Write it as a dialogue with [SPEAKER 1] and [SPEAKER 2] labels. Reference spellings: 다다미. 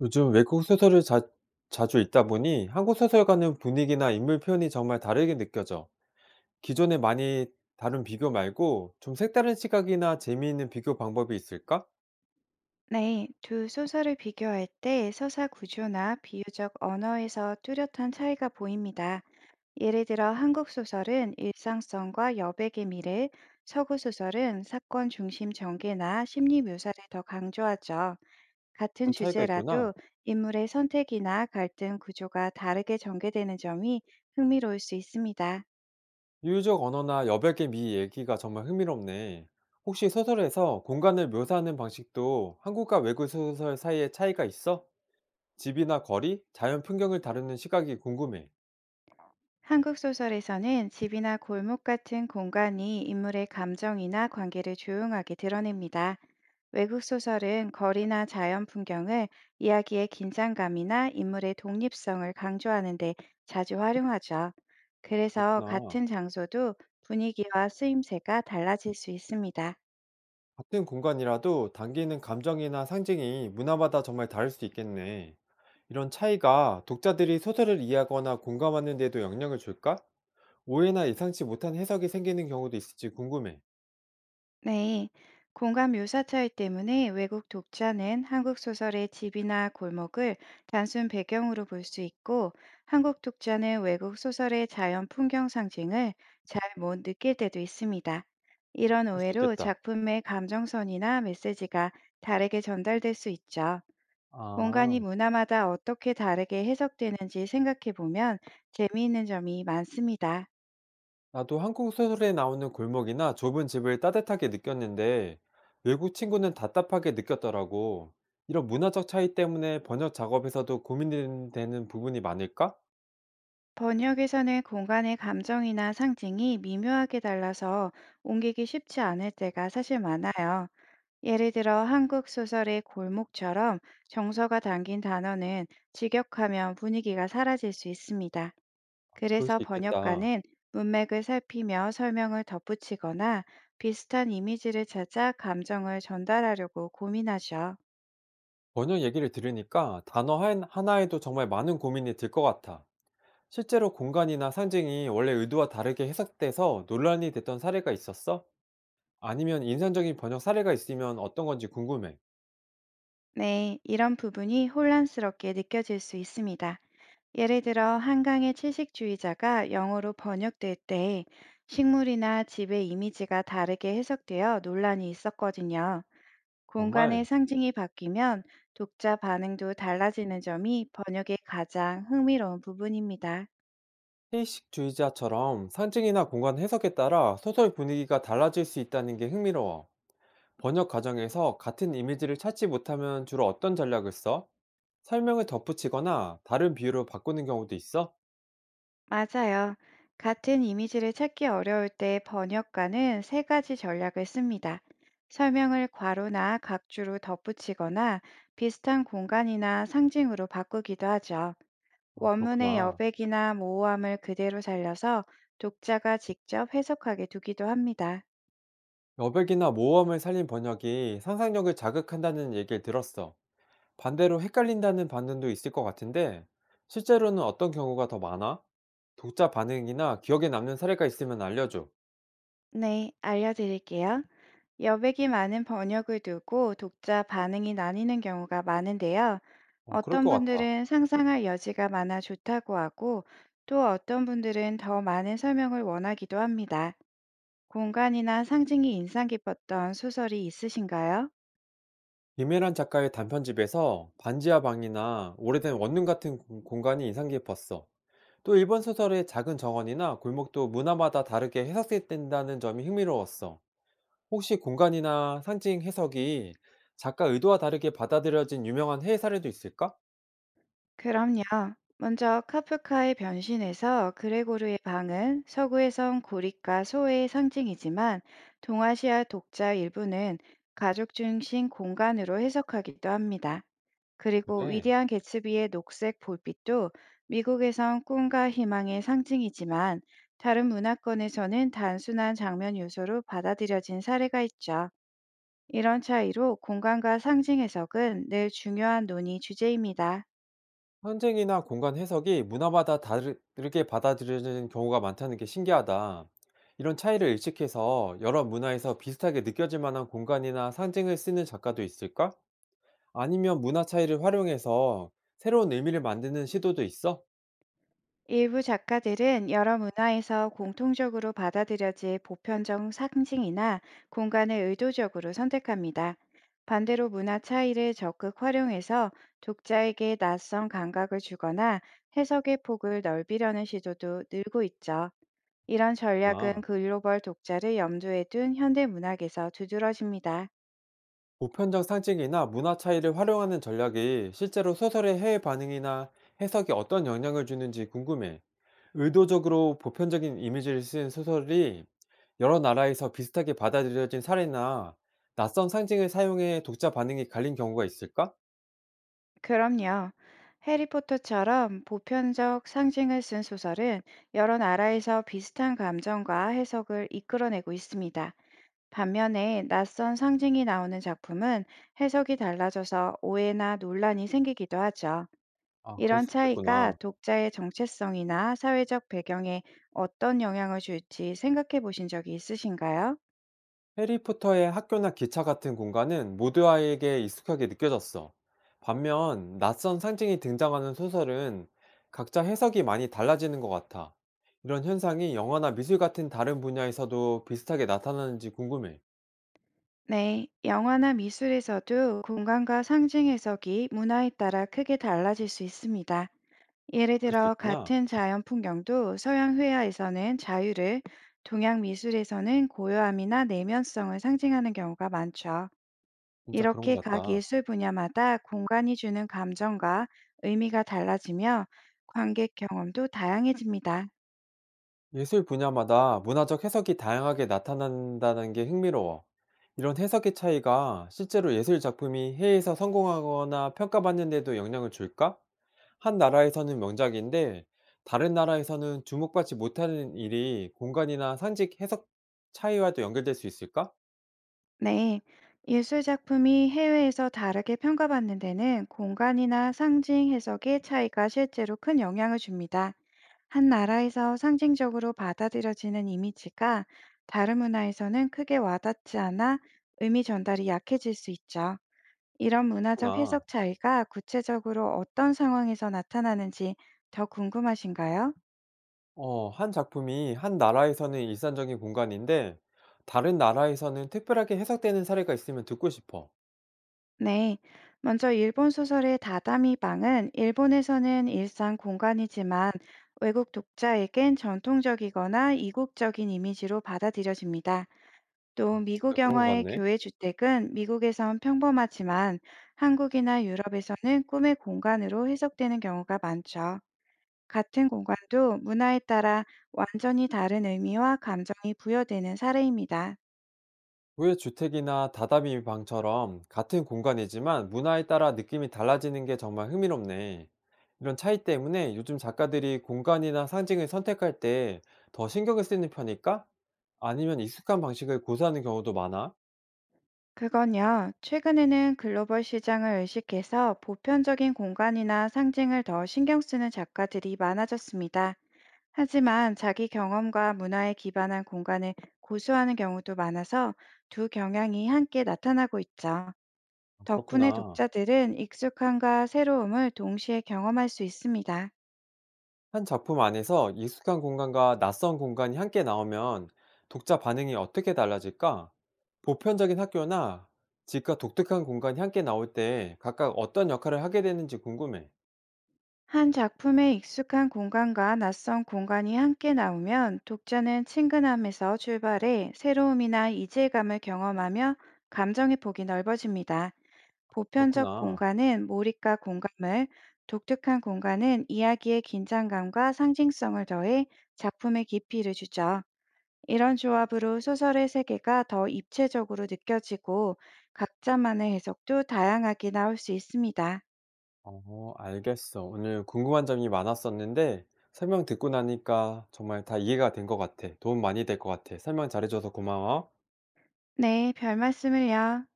[SPEAKER 1] 요즘 외국 소설을 자주 읽다 보니 한국 소설과는 분위기나 인물 표현이 정말 다르게 느껴져. 기존에 많이 다룬 비교 말고 좀 색다른 시각이나 재미있는 비교 방법이 있을까?
[SPEAKER 2] 네, 두 소설을 비교할 때 서사 구조나 비유적 언어에서 뚜렷한 차이가 보입니다. 예를 들어 한국 소설은 일상성과 여백의 미를, 서구 소설은 사건 중심 전개나 심리 묘사를 더 강조하죠. 같은
[SPEAKER 1] 그런 차이가 있구나.
[SPEAKER 2] 주제라도 인물의 선택이나 갈등 구조가 다르게 전개되는 점이 흥미로울 수 있습니다.
[SPEAKER 1] 유유적 언어나 여백의 미 얘기가 정말 흥미롭네. 혹시 소설에서 공간을 묘사하는 방식도 한국과 외국 소설 사이에 차이가 있어? 집이나 거리, 자연 풍경을 다루는 시각이 궁금해.
[SPEAKER 2] 한국 소설에서는 집이나 골목 같은 공간이 인물의 감정이나 관계를 조용하게 드러냅니다. 외국 소설은 거리나 자연 풍경을 이야기의 긴장감이나 인물의 독립성을 강조하는데 자주 활용하죠. 그래서
[SPEAKER 1] 그렇구나.
[SPEAKER 2] 같은 장소도 분위기와 쓰임새가 달라질 수 있습니다.
[SPEAKER 1] 같은 공간이라도 당기는 감정이나 상징이 문화마다 정말 다를 수 있겠네. 이런 차이가 독자들이 소설을 이해하거나 공감하는 데도 영향을 줄까? 오해나 예상치 못한 해석이 생기는 경우도 있을지 궁금해.
[SPEAKER 2] 네, 공간 묘사 차이 때문에 외국 독자는 한국 소설의 집이나 골목을 단순 배경으로 볼 수 있고, 한국 독자는 외국 소설의 자연 풍경 상징을 잘 못 느낄 때도 있습니다. 이런
[SPEAKER 1] 그럴 수
[SPEAKER 2] 오해로
[SPEAKER 1] 있겠다.
[SPEAKER 2] 작품의 감정선이나 메시지가 다르게 전달될 수 있죠. 공간이
[SPEAKER 1] 아,
[SPEAKER 2] 문화마다 어떻게 다르게 해석되는지 생각해 보면 재미있는 점이 많습니다.
[SPEAKER 1] 나도 한국 소설에 나오는 골목이나 좁은 집을 따뜻하게 느꼈는데 외국 친구는 답답하게 느꼈더라고. 이런 문화적 차이 때문에 번역 작업에서도 고민되는 부분이 많을까?
[SPEAKER 2] 번역에서는 공간의 감정이나 상징이 미묘하게 달라서 옮기기 쉽지 않을 때가 사실 많아요. 예를 들어 한국 소설의 골목처럼 정서가 담긴 단어는 직역하면 분위기가 사라질 수 있습니다.
[SPEAKER 1] 그럴 수
[SPEAKER 2] 그래서
[SPEAKER 1] 있겠다.
[SPEAKER 2] 번역가는 문맥을 살피며 설명을 덧붙이거나 비슷한 이미지를 찾아 감정을 전달하려고 고민하죠.
[SPEAKER 1] 번역 얘기를 들으니까 단어 하나에도 정말 많은 고민이 들 것 같아. 실제로 공간이나 상징이 원래 의도와 다르게 해석돼서 논란이 됐던 사례가 있었어? 아니면 인상적인 번역 사례가 있으면 어떤 건지 궁금해.
[SPEAKER 2] 네, 이런 부분이 혼란스럽게 느껴질 수 있습니다. 예를 들어 한강의 채식주의자가 영어로 번역될 때 식물이나 집의 이미지가 다르게 해석되어 논란이 있었거든요. 공간의
[SPEAKER 1] 정말
[SPEAKER 2] 상징이 바뀌면 독자 반응도 달라지는 점이 번역의 가장 흥미로운 부분입니다.
[SPEAKER 1] 해식주의자처럼 상징이나 공간 해석에 따라 소설 분위기가 달라질 수 있다는 게 흥미로워. 번역 과정에서 같은 이미지를 찾지 못하면 주로 어떤 전략을 써? 설명을 덧붙이거나 다른 비유로 바꾸는 경우도 있어?
[SPEAKER 2] 맞아요. 같은 이미지를 찾기 어려울 때 번역가는 세 가지 전략을 씁니다. 설명을 괄호나 각주로 덧붙이거나 비슷한 공간이나 상징으로 바꾸기도 하죠.
[SPEAKER 1] 아,
[SPEAKER 2] 원문의
[SPEAKER 1] 그렇구나.
[SPEAKER 2] 여백이나 모호함을 그대로 살려서 독자가 직접 해석하게 두기도 합니다.
[SPEAKER 1] 여백이나 모험을 살린 번역이 상상력을 자극한다는 얘기를 들었어. 반대로 헷갈린다는 반응도 있을 것 같은데, 실제로는 어떤 경우가 더 많아? 독자 반응이나 기억에 남는 사례가 있으면 알려줘.
[SPEAKER 2] 네, 알려드릴게요. 여백이 많은 번역을 두고 독자 반응이 나뉘는 경우가 많은데요.
[SPEAKER 1] 어, 그럴
[SPEAKER 2] 어떤
[SPEAKER 1] 것 같아.
[SPEAKER 2] 분들은 상상할 여지가 많아 좋다고 하고 또 어떤 분들은 더 많은 설명을 원하기도 합니다. 공간이나 상징이 인상 깊었던 소설이 있으신가요?
[SPEAKER 1] 김메란 작가의 단편집에서 반지하 방이나 오래된 원룸 같은 공간이 인상 깊었어. 또 일본 소설의 작은 정원이나 골목도 문화마다 다르게 해석된다는 점이 흥미로웠어. 혹시 공간이나 상징 해석이 작가 의도와 다르게 받아들여진 유명한 해외 사례도 있을까?
[SPEAKER 2] 그럼요. 먼저 카프카의 변신에서 그레고르의 방은 서구에선 고립과 소외의 상징이지만 동아시아 독자 일부는 가족 중심 공간으로 해석하기도 합니다. 그리고
[SPEAKER 1] 그래.
[SPEAKER 2] 위대한 개츠비의 녹색 볼빛도 미국에선 꿈과 희망의 상징이지만 다른 문화권에서는 단순한 장면 요소로 받아들여진 사례가 있죠. 이런 차이로 공간과 상징 해석은 늘 중요한 논의 주제입니다.
[SPEAKER 1] 상징이나 공간 해석이 문화마다 다르게 받아들여지는 경우가 많다는 게 신기하다. 이런 차이를 의식해서 여러 문화에서 비슷하게 느껴질 만한 공간이나 상징을 쓰는 작가도 있을까? 아니면 문화 차이를 활용해서 새로운 의미를 만드는 시도도 있어?
[SPEAKER 2] 일부 작가들은 여러 문화에서 공통적으로 받아들여질 보편적 상징이나 공간을 의도적으로 선택합니다. 반대로 문화 차이를 적극 활용해서 독자에게 낯선 감각을 주거나 해석의 폭을 넓히려는 시도도 늘고 있죠. 이런 전략은
[SPEAKER 1] 그렇구나.
[SPEAKER 2] 글로벌 독자를 염두에 둔 현대 문학에서 두드러집니다.
[SPEAKER 1] 보편적 상징이나 문화 차이를 활용하는 전략이 실제로 소설의 해외 반응이나 해석에 어떤 영향을 주는지 궁금해. 의도적으로 보편적인 이미지를 쓴 소설이 여러 나라에서 비슷하게 받아들여진 사례나 낯선 상징을 사용해 독자 반응이 갈린 경우가 있을까?
[SPEAKER 2] 그럼요. 해리포터처럼 보편적 상징을 쓴 소설은 여러 나라에서 비슷한 감정과 해석을 이끌어내고 있습니다. 반면에 낯선 상징이 나오는 작품은 해석이 달라져서 오해나 논란이 생기기도 하죠.
[SPEAKER 1] 아, 그럴
[SPEAKER 2] 이런
[SPEAKER 1] 수
[SPEAKER 2] 차이가
[SPEAKER 1] 있겠구나.
[SPEAKER 2] 독자의 정체성이나 사회적 배경에 어떤 영향을 줄지 생각해 보신 적이 있으신가요?
[SPEAKER 1] 해리포터의 학교나 기차 같은 공간은 모두 아이에게 익숙하게 느껴졌어. 반면 낯선 상징이 등장하는 소설은 각자 해석이 많이 달라지는 것 같아. 이런 현상이 영화나 미술 같은 다른 분야에서도 비슷하게 나타나는지 궁금해.
[SPEAKER 2] 네, 영화나 미술에서도 공간과 상징 해석이 문화에 따라 크게 달라질 수 있습니다. 예를
[SPEAKER 1] 그럴 수
[SPEAKER 2] 들어
[SPEAKER 1] 있구나.
[SPEAKER 2] 같은 자연 풍경도 서양 회화에서는 자유를, 동양 미술에서는 고요함이나 내면성을 상징하는 경우가 많죠.
[SPEAKER 1] 진짜 그런 것
[SPEAKER 2] 이렇게 각
[SPEAKER 1] 같다.
[SPEAKER 2] 예술 분야마다 공간이 주는 감정과 의미가 달라지며 관객 경험도 다양해집니다.
[SPEAKER 1] 예술 분야마다 문화적 해석이 다양하게 나타난다는 게 흥미로워. 이런 해석의 차이가 실제로 예술 작품이 해외에서 성공하거나 평가받는 데도 영향을 줄까? 한 나라에서는 명작인데 다른 나라에서는 주목받지 못하는 일이 공간이나 상식 해석 차이와도 연결될 수 있을까?
[SPEAKER 2] 네. 예술 작품이 해외에서 다르게 평가받는 데는 공간이나 상징 해석의 차이가 실제로 큰 영향을 줍니다. 한 나라에서 상징적으로 받아들여지는 이미지가 다른 문화에서는 크게 와닿지 않아 의미 전달이 약해질 수 있죠. 이런 문화적
[SPEAKER 1] 그렇구나.
[SPEAKER 2] 해석 차이가 구체적으로 어떤 상황에서 나타나는지 더 궁금하신가요?
[SPEAKER 1] 어, 한 작품이 한 나라에서는 일상적인 공간인데 다른 나라에서는 특별하게 해석되는 사례가 있으면 듣고 싶어.
[SPEAKER 2] 네. 먼저 일본 소설의 다다미 방은 일본에서는 일상 공간이지만 외국 독자에겐 전통적이거나 이국적인 이미지로 받아들여집니다. 또
[SPEAKER 1] 진짜
[SPEAKER 2] 미국
[SPEAKER 1] 그런 것
[SPEAKER 2] 영화의
[SPEAKER 1] 같네.
[SPEAKER 2] 교회 주택은 미국에선 평범하지만 한국이나 유럽에서는 꿈의 공간으로 해석되는 경우가 많죠. 같은 공간도 문화에 따라 완전히 다른 의미와 감정이 부여되는 사례입니다.
[SPEAKER 1] 왜 주택이나 다다미 방처럼 같은 공간이지만 문화에 따라 느낌이 달라지는 게 정말 흥미롭네. 이런 차이 때문에 요즘 작가들이 공간이나 상징을 선택할 때 더 신경을 쓰는 편일까? 아니면 익숙한 방식을 고수하는 경우도 많아?
[SPEAKER 2] 그건요, 최근에는 글로벌 시장을 의식해서 보편적인 공간이나 상징을 더 신경 쓰는 작가들이 많아졌습니다. 하지만 자기 경험과 문화에 기반한 공간을 고수하는 경우도 많아서 두 경향이 함께 나타나고 있죠.
[SPEAKER 1] 아,
[SPEAKER 2] 덕분에
[SPEAKER 1] 그렇구나.
[SPEAKER 2] 독자들은 익숙함과 새로움을 동시에 경험할 수 있습니다.
[SPEAKER 1] 한 작품 안에서 익숙한 공간과 낯선 공간이 함께 나오면 독자 반응이 어떻게 달라질까? 보편적인 학교나 집과 독특한 공간이 함께 나올 때 각각 어떤 역할을 하게 되는지 궁금해.
[SPEAKER 2] 한 작품의 익숙한 공간과 낯선 공간이 함께 나오면 독자는 친근함에서 출발해 새로움이나 이질감을 경험하며 감정의 폭이 넓어집니다. 보편적
[SPEAKER 1] 그렇구나.
[SPEAKER 2] 공간은 몰입과 공감을, 독특한 공간은 이야기의 긴장감과 상징성을 더해 작품의 깊이를 주죠. 이런 조합으로 소설의 세계가 더 입체적으로 느껴지고 각자만의 해석도 다양하게 나올 수 있습니다.
[SPEAKER 1] 어 알겠어. 오늘 궁금한 점이 많았었는데 설명 듣고 나니까 정말 다 이해가 된 것 같아. 도움 많이 될 것 같아. 설명 잘해줘서 고마워.
[SPEAKER 2] 네, 별 말씀을요.